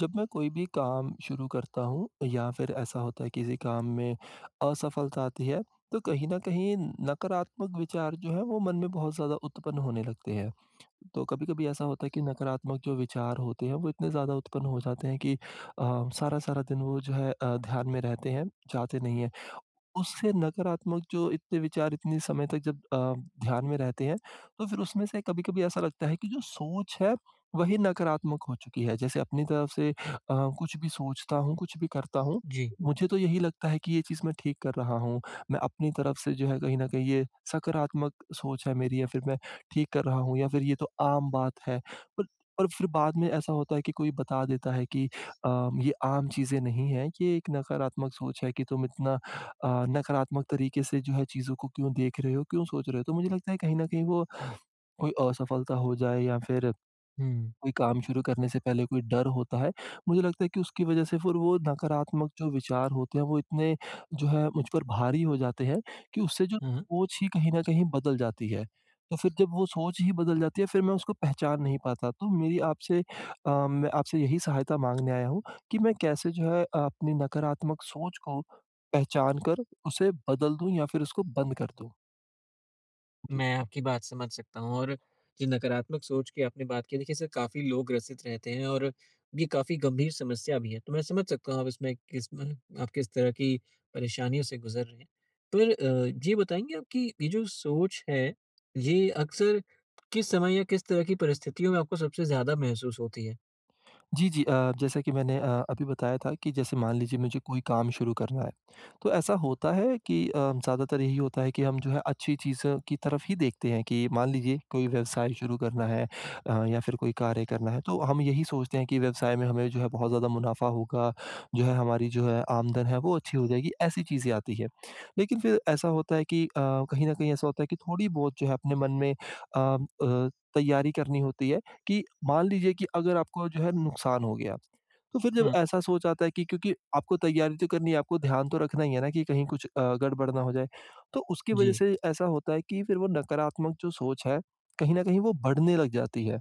जब मैं कोई भी काम शुरू करता हूँ या फिर ऐसा होता है किसी काम में असफलता आती है, तो कहीं न कहीं नकारात्मक विचार जो है वो मन में बहुत ज़्यादा उत्पन्न होने लगते हैं। तो कभी-कभी ऐसा होता है कि नकारात्मक जो विचार होते हैं वो इतने ज़्यादा उत्पन्न हो जाते हैं कि सारा-सारा दिन वो जो है ध्यान में रहते हैं, जाते नहीं हैं। उससे नकारात्मक जो इतने विचार इतने समय तक जब ध्यान में रहते हैं, तो फिर उसमें से कभी-कभी ऐसा लगता है कि जो सोच है, वही नकारात्मक हो चुकी है। जैसे अपनी तरफ से कुछ भी सोचता हूँ, कुछ भी करता हूँ, जी। मुझे तो यही लगता है कि ये चीज़ मैं ठीक कर रहा हूँ। मैं अपनी तरफ से जो है कहीं न कहीं ये सकारात्मक सोच है मेरी, या फिर मैं ठीक कर रहा हूँ, या फिर ये तो आम बात है। पर पर फिर बाद में ऐसा होता है कि कोई बता देता है कि ये आम चीज़ें नहीं हैं, ये एक नकारात्मक सोच है कि तुम इतना नकारात्मक तरीके से जो है चीज़ों को क्यों देख रहे हो, क्यों सोच रहे हो? तो मुझे लगता है कहीं न कहीं वो कोई असफलता हो जाए या फिर हुँ। कोई काम शुरू करने से पहले कोई डर होता है, मुझे लगता है कि उसकी वजह से फिर वो नकारात्मक जो विचार होते हैं वो इतने जो है मुझ पर भारी हो जाते हैं कि उससे जो हाँ, सोच ही कहीं न कहीं बदल जाती है। तो फिर जब वो सोच ही बदल जाती है, फिर मैं उसको पहचान नहीं पाता। तो मैं आपसे यही सहायता माँगने आया हूँ कि मैं कैसे जो है अपनी नकारात्मक सोच को पहचान कर उसे बदल दूँ या फिर उसको बंद कर दूँ? जी। मैं आपकी बात समझ सकता हूँ और जो नकारात्मक सोच की आपने बात की देखिए इससे काफ़ी लोग ग्रसित रहते हैं और ये काफ़ी गंभीर समस्या भी है। तो मैं समझ सकता हूँ आप इसमें किस में आप किस तरह की परेशानियों से गुज़र रहे हैं। पर ये बताएँगे आप कि ये जो सोच है, ये अक्सर किस समय या किस तरह की परिस्थितियों में आपको सबसे ज़्यादा महसूस होती है? जी, जी। जैसा कि मैंने अभी बताया था कि जैसे मान लीजिए मुझे कोई काम शुरू करना है, तो ऐसा होता है कि ज़्यादातर यही होता है कि हम जो है अच्छी चीज़ों की तरफ ही देखते हैं कि मान लीजिए कोई व्यवसाय शुरू करना है, या फिर कोई कार्य करना है, तो हम यही सोचते हैं कि व्यवसाय में हमें जो है बहुत ज़्यादा मुनाफ़ा होगा, जो है हमारी जो है आमदन है वो अच्छी हो जाएगी, ऐसी चीज़ें आती हैं। लेकिन फिर ऐसा होता है कि कहीं न कहीं ऐसा होता है कि थोड़ी बहुत जो है अपने मन में अ, तैयारी करनी होती है, कि मान लीजिए कि अगर आपको जो है नुकसान हो गया, तो फिर जब हाँ। ऐसा सोच आता है कि क्योंकि आपको तैयारी तो करनी है, आपको ध्यान तो रखना ही है ना कि कहीं कुछ गड़बड़ ना हो जाए। तो उसकी वजह जी, से ऐसा होता है कि फिर वो नकारात्मक जो सोच है, कहीं न कहीं वो बढ़ने लग जाती है।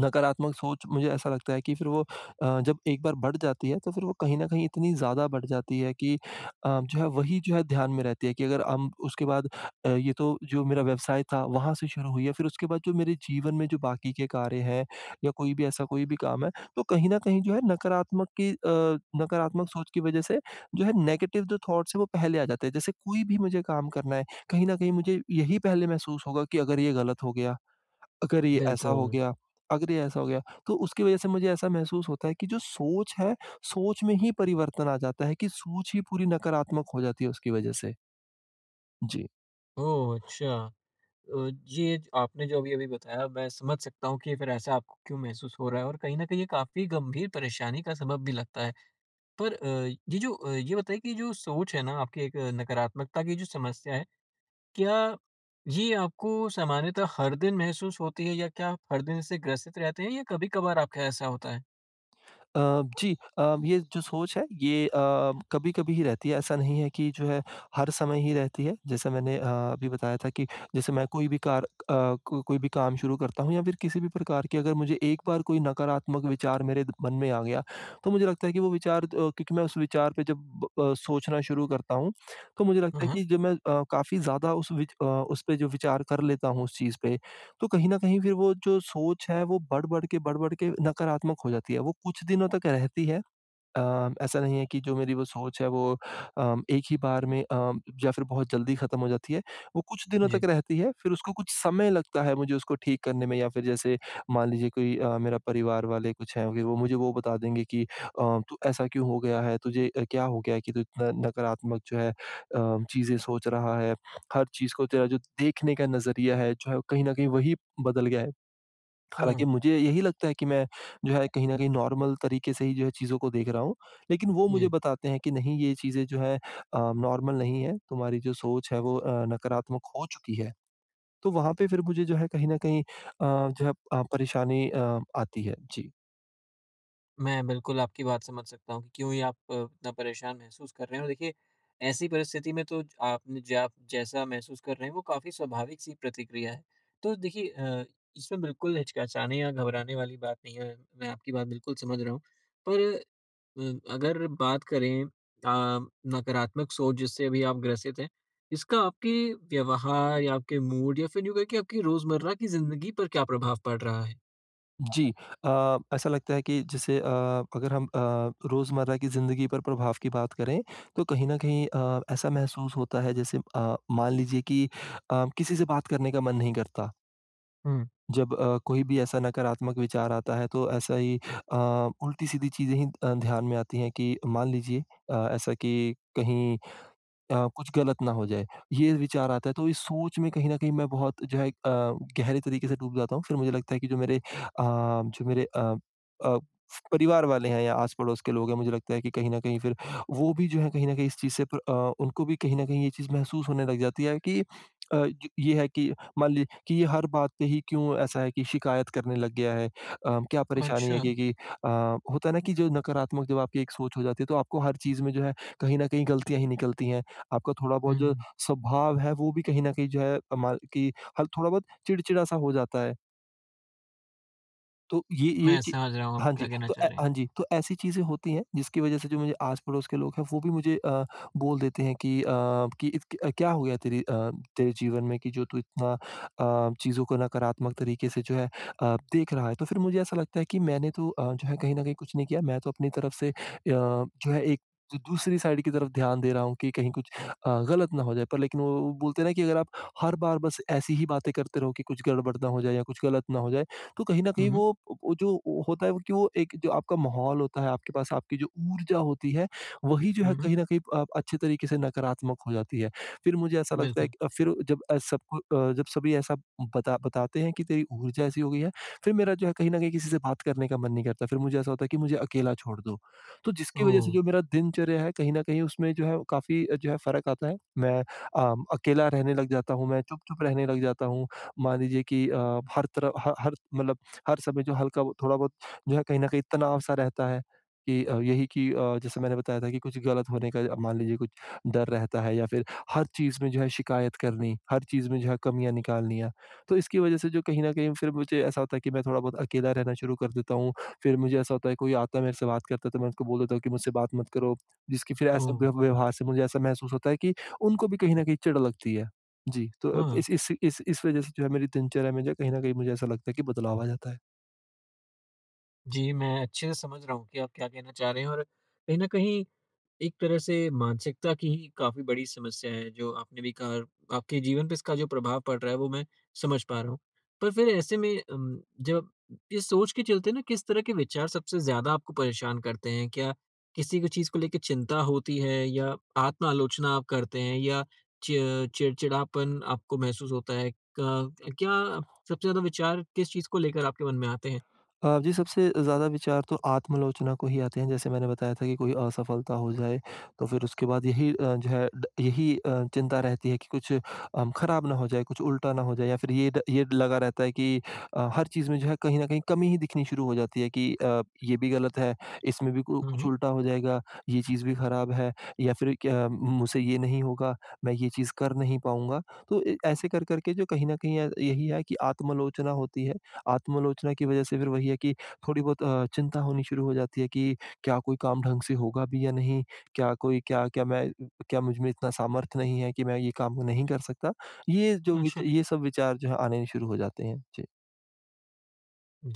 नकारात्मक सोच मुझे ऐसा लगता है कि फिर वो जब एक बार बढ़ जाती है, तो फिर वो कहीं न कहीं इतनी ज़्यादा बढ़ जाती है कि जो है वही जो है ध्यान में रहती है कि अगर हम उसके बाद ये तो जो मेरा व्यवसाय था वहाँ से शुरू हुई है, फिर उसके बाद जो मेरे जीवन में जो बाकी के कार्य हैं या कोई भी ऐसा कोई भी काम है, तो कहीं न कहीं जो है नकारात्मक सोच की वज़ह से जो है नेगेटिव जो थॉट्स हैं वो पहले आ जाते हैं। जैसे कोई भी मुझे काम करना है, कहीं न कहीं मुझे यही पहले महसूस होगा कि अगर ये गलत हो गया, अगर ये ऐसा हो बिल्कुल। गया, अगर ये ऐसा हो गया, तो उसकी वज़ह से मुझे ऐसा महसूस होता है कि जो सोच है, सोच में ही परिवर्तन आ जाता है कि सोच ही पूरी नकारात्मक हो जाती है उसकी वज़ह से। जी। ओह! अच्छा। अ, ये ज आपने जो अभी-अभी बताया मैं समझ सकता हूँ कि फिर ऐसा आपको क्यों महसूस हो रहा है और कहीं न कहीं ये काफ़ी गंभीर परेशानी का सबब भी लगता है। पर ये जो ये बताइए कि जो सोच है ना आपकी एक नकारात्मकता की जो समस्या है, क्या ये आपको सामान्यतः हर दिन महसूस होती है या क्या आप हर दिन इससे ग्रसित रहते हैं या कभी-कभार आपका ऐसा होता है? अ, जी। ये जो सोच है, ये कभी-कभी ही रहती है, ऐसा नहीं है कि जो है हर समय ही रहती है। जैसे मैंने अभी बताया था कि जैसे मैं कोई भी कार अ, को कोई भी काम शुरू करता हूँ, या फिर किसी भी प्रकार की अगर मुझे एक बार कोई नकारात्मक विचार मेरे द मन में आ गया, तो मुझे लगता है कि वो विचार, क्योंकि मैं उस विचार पे जब सोचना शुरू करता हूँ, तो मुझे हाँ, लगता है हाँ। कि जब मैं काफ़ी ज़्यादा उस उस पे जो विचार कर लेता हूँ उस चीज़ पे, तो कहीं न कहीं फिर वो जो सोच है वो बढ़-बढ़ के नकारात्मक हो जाती है। वो कुछ दिनों तक रहती है। ऐसा नहीं है कि जो मेरी वो सोच है वो एक ही बार में या फिर बहुत जल्दी ख़त्म हो जाती है। वो कुछ दिनों तक जी। रहती है, फिर उसको कुछ समय लगता है मुझे उसको ठीक करने में, या फिर जैसे मान लीजिए कोई मेरा परिवार वाले कुछ हैं, कि वो मुझे वो बता देंगे कि "तू ऐसा क्यों हो गया है? तुझे क्या हो गया है कि तू इतना नकारात्मक जो है चीज़ें सोच रहा है? हर चीज़ को तेरा जो देखने का नज़रिया है जो है, कहीं न कहीं वही बदल गया है।" हालाँकि हाँ, मुझे यही लगता है कि मैं जो है कहीं न कहीं नॉर्मल तरीके से ही जो है चीज़ों को देख रहा हूँ, लेकिन वो मुझे जी। बताते हैं कि नहीं, ये चीज़ें जो है नॉर्मल नहीं है, तुम्हारी जो सोच है वो नकारात्मक हो चुकी है। तो वहाँ पे फिर मुझे जो है कहीं न कहीं जो है परेशानी आती है। जी। मैं बिल्कुल आपकी बात समझ सकता हूँ कि क्यों ही आप इतना परेशान महसूस कर रहे हैं और देखिए ऐसी परिस्थिति में तो आपने जो आप जैसा महसूस कर रहे हैं वो काफ़ी स्वाभाविक सी प्रतिक्रिया है तो देखिए इसमें बिल्कुल हिचकिचाने या घबराने वाली बात नहीं है। मैं आपकी बात बिल्कुल समझ रहा हूँ। पर अ, अगर बात करें आ, नकारात्मक सोच जिससे अभी आप ग्रसित हैं इसका आपके व्यवहार या आपके मूड या फिर यूँ कहें कि आपकी रोज़मर्रा की ज़िंदगी पर क्या प्रभाव पड़ रहा है। जी। ऐसा लगता है कि जैसे अगर हम रोज़मर्रा की ज़िंदगी पर प्रभाव की बात करें, तो कहीं न कहीं ऐसा महसूस होता है, जैसे मान लीजिए कि किसी से बात करने का मन नहीं करता। हम्म। जब कोई भी ऐसा नकारात्मक विचार आता है, तो ऐसा ही अ, उल्टी-सीधी चीज़ें ही ध्यान में आती हैं कि मान लीजिए ऐसा कि कहीं कुछ गलत ना हो जाए, ये विचार आता है। तो इस सोच में कहीं न कहीं मैं बहुत जो है गहरे तरीके से डूब जाता हूँ। फिर मुझे लगता है कि जो मेरे अ, परिवार वाले हैं या आस-पड़ोस के लोग हैं, मुझे लगता है कि कहीं न कहीं फिर वो भी जो है कहीं न कहीं इस चीज़ से उनको भी कहीं न कहीं ये चीज़ महसूस होने लग जाती है कि अ, ज ये है कि मान ली कि ये हर बात पे ही क्यों ऐसा है कि शिकायत करने लग गया है। क्या परेशानी है? अच्छा। होता है ना कि जो नकारात्मक जब आपकी एक सोच हो जाती है, तो आपको हर चीज़ में जो है कहीं न कहीं गलतियाँ ही निकलती हैं। आपका थोड़ा बहुत जो हम्म। स्वभाव है वो भी कहीं न कहीं जो है अ, मा कि हल थोड़ा बहुत चिड़चिड़ा-सा हो जाता है। तो ये मैं ची समझ रहा हूँ हाँ आप जी। क्या कहना तो चाह ए रहे हैं। हाँ जी, तो ऐसी चीज़ें होती हैं जिसकी वज़ह से जो मुझे आस-पड़ोस के लोग हैं वो भी मुझे बोल देते हैं कि इत क क्या हो गया, तेरे जीवन में कि जो तू इतना चीज़ों को नकारात्मक तरीके से जो है देख रहा है। तो फिर मुझे ऐसा लगता है कि मैंने तो जो है कहीं न कहीं कुछ नहीं किया। मैं तो अपनी तरफ से जो है एक जो दूसरी साइड की तरफ ध्यान दे रहा हूँ कि कहीं कुछ गलत ना हो जाए। पर लेकिन वो बोलते हैं ना कि अगर आप हर बार बस ऐसी ही बातें करते रहो कि कुछ गड़बड़ ना हो जाए या कुछ गलत ना हो जाए, तो कहीं ना हुँ, कहीं हुँ। वो जो होता है, वो कि वो एक जो आपका माहौल होता है, आपके पास आपकी जो ऊर्जा होती है, वही जो है हुँ, हुँ। कहीं न कहीं अच्छे तरीके से नकारात्मक हो जाती है। फिर मुझे ऐसा लगता है बिल्कुल। कि फिर जब अ, सबको अ, जब सभी ऐसा बताते हैं कि तेरी ऊर्जा ऐसी हो गई है, फिर मेरा जो है कहीं न कहीं किसी से बात करने का मन नहीं करता। फिर मुझे ऐसा होता है कि मुझे अकेला छोड़ दो। तो जिसकी वजह ओह! से जो मेरा दिनचर्या है कहीं न कहीं उसमें जो है काफ़ी जो है फ़र्क आता है। मैं अकेला रहने लग जाता हूँ, मैं चुप-चुप रहने लग जाता हूँ। मान लीजिए कि हर तरह ह हर मतलब, हर समय जो थोड़ा बहुत जो है कहीं न कहीं तनाव-सा रहता है कि यही कि जैसे मैंने बताया था कि कुछ गलत होने का, मान लीजिए कुछ डर रहता है, या फिर हर चीज़ में जो है शिकायत करनी, हर चीज़ में जो है कमियाँ निकालनी है। तो इसकी वज़ह से जो कहीं न कहीं फिर मुझे ऐसा होता है कि मैं थोड़ा बहुत अकेला रहना शुरू कर देता हूँ। फिर मुझे ऐसा होता है, कोई आता है, मेरे से बात करता है, तो मैं उनको बोल देता हूँ कि मुझसे बात मत करो। जिसकी फिर ऐसे ओह! व्यवहार से मुझे ऐसा महसूस होता है कि उनको भी कहीं न कहीं चिढ़ लगती है। जी, तो अब हाँ। इस वज़ह से जो है मेरी दिनचर्या में जो है कहीं न कहीं मुझे ऐसा लगता है कि बदलाव आ जाता है। जी, मैं अच्छे से समझ रहा हूँ कि आप क्या कहना चाह रहे हैं और कहीं न कहीं एक तरह से मानसिकता की ही काफ़ी बड़ी समस्या है, जो आपने भी कहा आपके जीवन पे इसका जो प्रभाव पड़ रहा है वो मैं समझ पा रहा हूँ। पर फिर ऐसे में जब ये सोच के चलते ना किस तरह के विचार सबसे ज़्यादा आपको परेशान करते हैं? क्या किसी को चीज़ को लेके चिंता होती है या आत्म-आलोचना आप करते हैं या चि चिड़चिड़ापन आपको महसूस होता है? क क्या सबसे ज़्यादा विचार किस चीज़ को लेकर आपके मन में आते हैं? जी, सबसे ज़्यादा विचार तो आत्मलोचना को ही आते हैं। जैसे मैंने बताया था कि कोई असफलता हो जाए, तो फिर उसके बाद यही अ, जो है ड यही अ, चिंता रहती है कि कुछ ख़राब ना हो जाए, कुछ उल्टा ना हो जाए, या फिर ये लगा रहता है कि हर चीज़ में जो है कहीं न कहीं कमी ही दिखनी शुरू हो जाती है कि ये भी गलत है, इसमें भी कु हुँ, कुछ हुँ। उल्टा हो जाएगा, ये चीज़ भी ख़राब है, या फिर क्या मुझसे ये नहीं होगा, मैं ये चीज़ कर नहीं पाऊँगा। तो ए ऐसे कर-कर के जो कहीं न कहीं यही है कि आत्मलोचना होती है। आत्मालोचना की वजह से फिर वही है कि थोड़ी बहुत चिंता होनी शुरू हो जाती है कि क्या कोई काम ढंग से होगा भी या नहीं? क्या कोई क्या क्या मैं क्या मुझ में इतना सामर्थ्य नहीं है कि मैं ये काम नहीं कर सकता? अच्छा। ये सब विचार जो है आने शुरू हो जाते हैं। जी।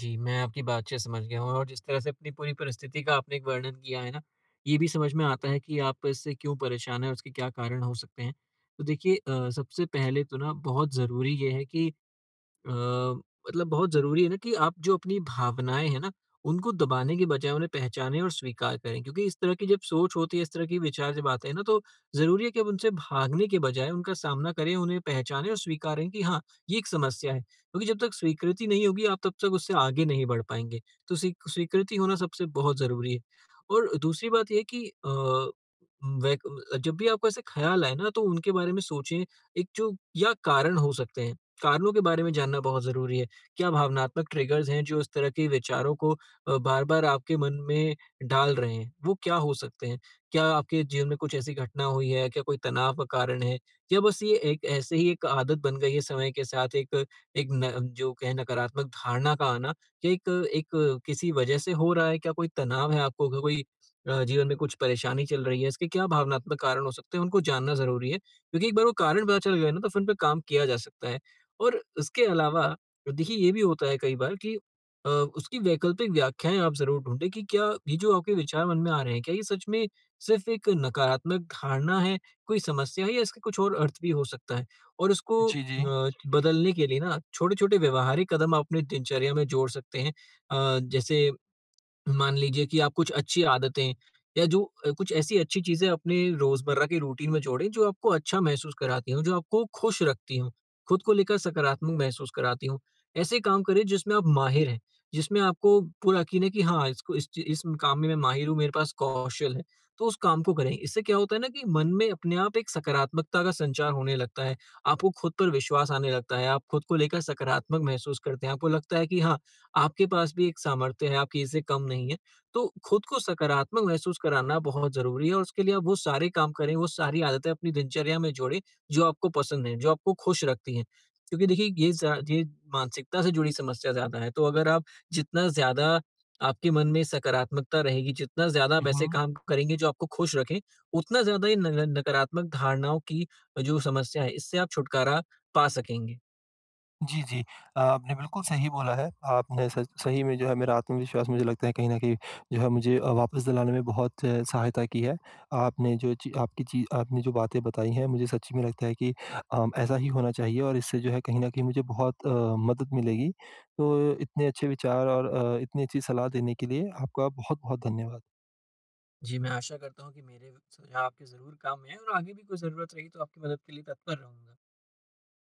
जी, मैं आपकी बातचीत समझ गया हूँ और जिस तरह से अपनी पूरी परिस्थिति का आपने एक वर्णन किया है ना, ये भी समझ में आता है कि आप इससे क्यों परेशान हैं और उसके क्या कारण हो सकते हैं। तो देखिए सबसे पहले तो ना बहुत ज़रूरी ये है कि अ, मतलब बहुत ज़रूरी है ना कि आप जो अपनी भावनाएँ हैं ना, उनको दबाने के बजाय उन्हें पहचानें और स्वीकार करें क्योंकि इस तरह की जब सोच होती है, इस तरह के विचार जब आते हैं ना, तो ज़रूरी है कि अब उनसे भागने के बजाय उनका सामना करें, उन्हें पहचानें और स्वीकारें कि हाँ, ये एक समस्या है। क्योंकि जब तक स्वीकृति नहीं होगी, आप तब तक उससे आगे नहीं बढ़ पाएँगे। तो स्वीकृति होना सबसे बहुत ज़रूरी है। और दूसरी बात ये है कि अ, वैक जब भी आपको ऐसे ख़्याल आए ना, तो उनके बारे में सोचें, एक जो या कारण हो सकते हैं। कारणों के बारे में जानना बहुत ज़रूरी है। क्या भावनात्मक ट्रिगर्स हैं जो इस तरह के विचारों को बार-बार आपके मन में डाल रहे हैं? वो क्या हो सकते हैं? क्या आपके जीवन में कुछ ऐसी घटना हुई है? क्या कोई तनाव का कारण है? या बस ये एक ऐसे ही एक आदत बन गई है समय के साथ एक एक न जो कहें नकारात्मक धारणा का आना, क्या एक एक किसी वजह से हो रहा है? क्या कोई तनाव है आपको? क्या कोई जीवन में कुछ परेशानी चल रही है? इसके क्या भावनात्मक कारण हो सकते हैं? उनको जानना ज़रूरी है, क्योंकि एक बार वो कारण पता चल गए ना तो फिर उन पे काम किया जा सकता है। और उसके अलावा देखिए ये भी होता है कई बार कि उसकी वैकल्पिक व्याख्याएँ आप ज़रूर ढूँढें कि क्या ये जो आपके विचार मन में आ रहे हैं, क्या ये सच में सिर्फ़ एक नकारात्मक धारणा है, कोई समस्या है या इसका कुछ और अर्थ भी हो सकता है? और उसको जी, जी। बदलने के लिए ना छोटे-छोटे व्यवहारिक कदम आप अपनी दिनचर्या में जोड़ सकते हैं। जैसे मान लीजिए कि आप कुछ अच्छी आदतें या जो कुछ ऐसी अच्छी चीजें अपने रोजमर्रा के रूटीन में जोड़ें जो आपको अच्छा महसूस कराती हों, जो आपको खुश रखती हों, खुद को लेकर सकारात्मक महसूस कराती हों। ऐसे काम करें जिसमें आप माहिर हैं, जिसमें आपको पूरा यकीन है कि हाँ, इस काम में मैं माहिर हूँ, मेरे पास कौशल है, तो उस काम को करें। इससे क्या होता है ना कि मन में अपने आप एक सकारात्मकता का संचार होने लगता है, आपको खुद पर विश्वास आने लगता है, आप खुद को लेकर सकारात्मक महसूस करते हैं, आपको लगता है कि हाँ आपके पास भी एक सामर्थ्य है, आप किसी से कम नहीं हैं। तो खुद को सकारात्मक महसूस कराना बहुत ज़रूरी है और उसके लिए आप वो सारे काम करें, वो सारी आदतें अपनी दिनचर्या में जोड़ें, जो आपको पसंद हैं, जो आपको खुश रखती हैं। क्योंकि देखिए ये मानसिकता से जुड़ी समस्या ज़्यादा है, तो अगर आप जितना ज़्यादा आपके मन में सकारात्मकता रहेगी, जितना ज़्यादा हुँ, आप ऐसे हुँ। काम करेंगे जो आपको खुश रखें, उतना ज़्यादा ये न न नकारात्मक धारणाओं की जो समस्या है, इससे आप छुटकारा पा सकेंगे। जी, जी। आपने बिल्कुल सही बोला है। आपने सच सही में जो है मेरा आत्मविश्वास, मुझे लगता है कहीं न कहीं जो है मुझे वापस दिलाने में बहुत सहायता की है। आपने जो ची आपकी ची आपने जो बातें बताई हैं मुझे सच्ची में लगता है कि ऐसा ही होना चाहिए, और इससे जो है कहीं न कहीं मुझे बहुत मदद मिलेगी। तो इतने अच्छे विचार और इतनी अच्छी सलाह देने के लिए आपका बहुत-बहुत धन्यवाद। जी, मैं आशा करता हूँ कि मेरे सुझाव आपके ज़रूर काम में आएँ और आगे भी कोई ज़रूरत रही तो आपकी मदद के लिए तत्पर रहूँगा।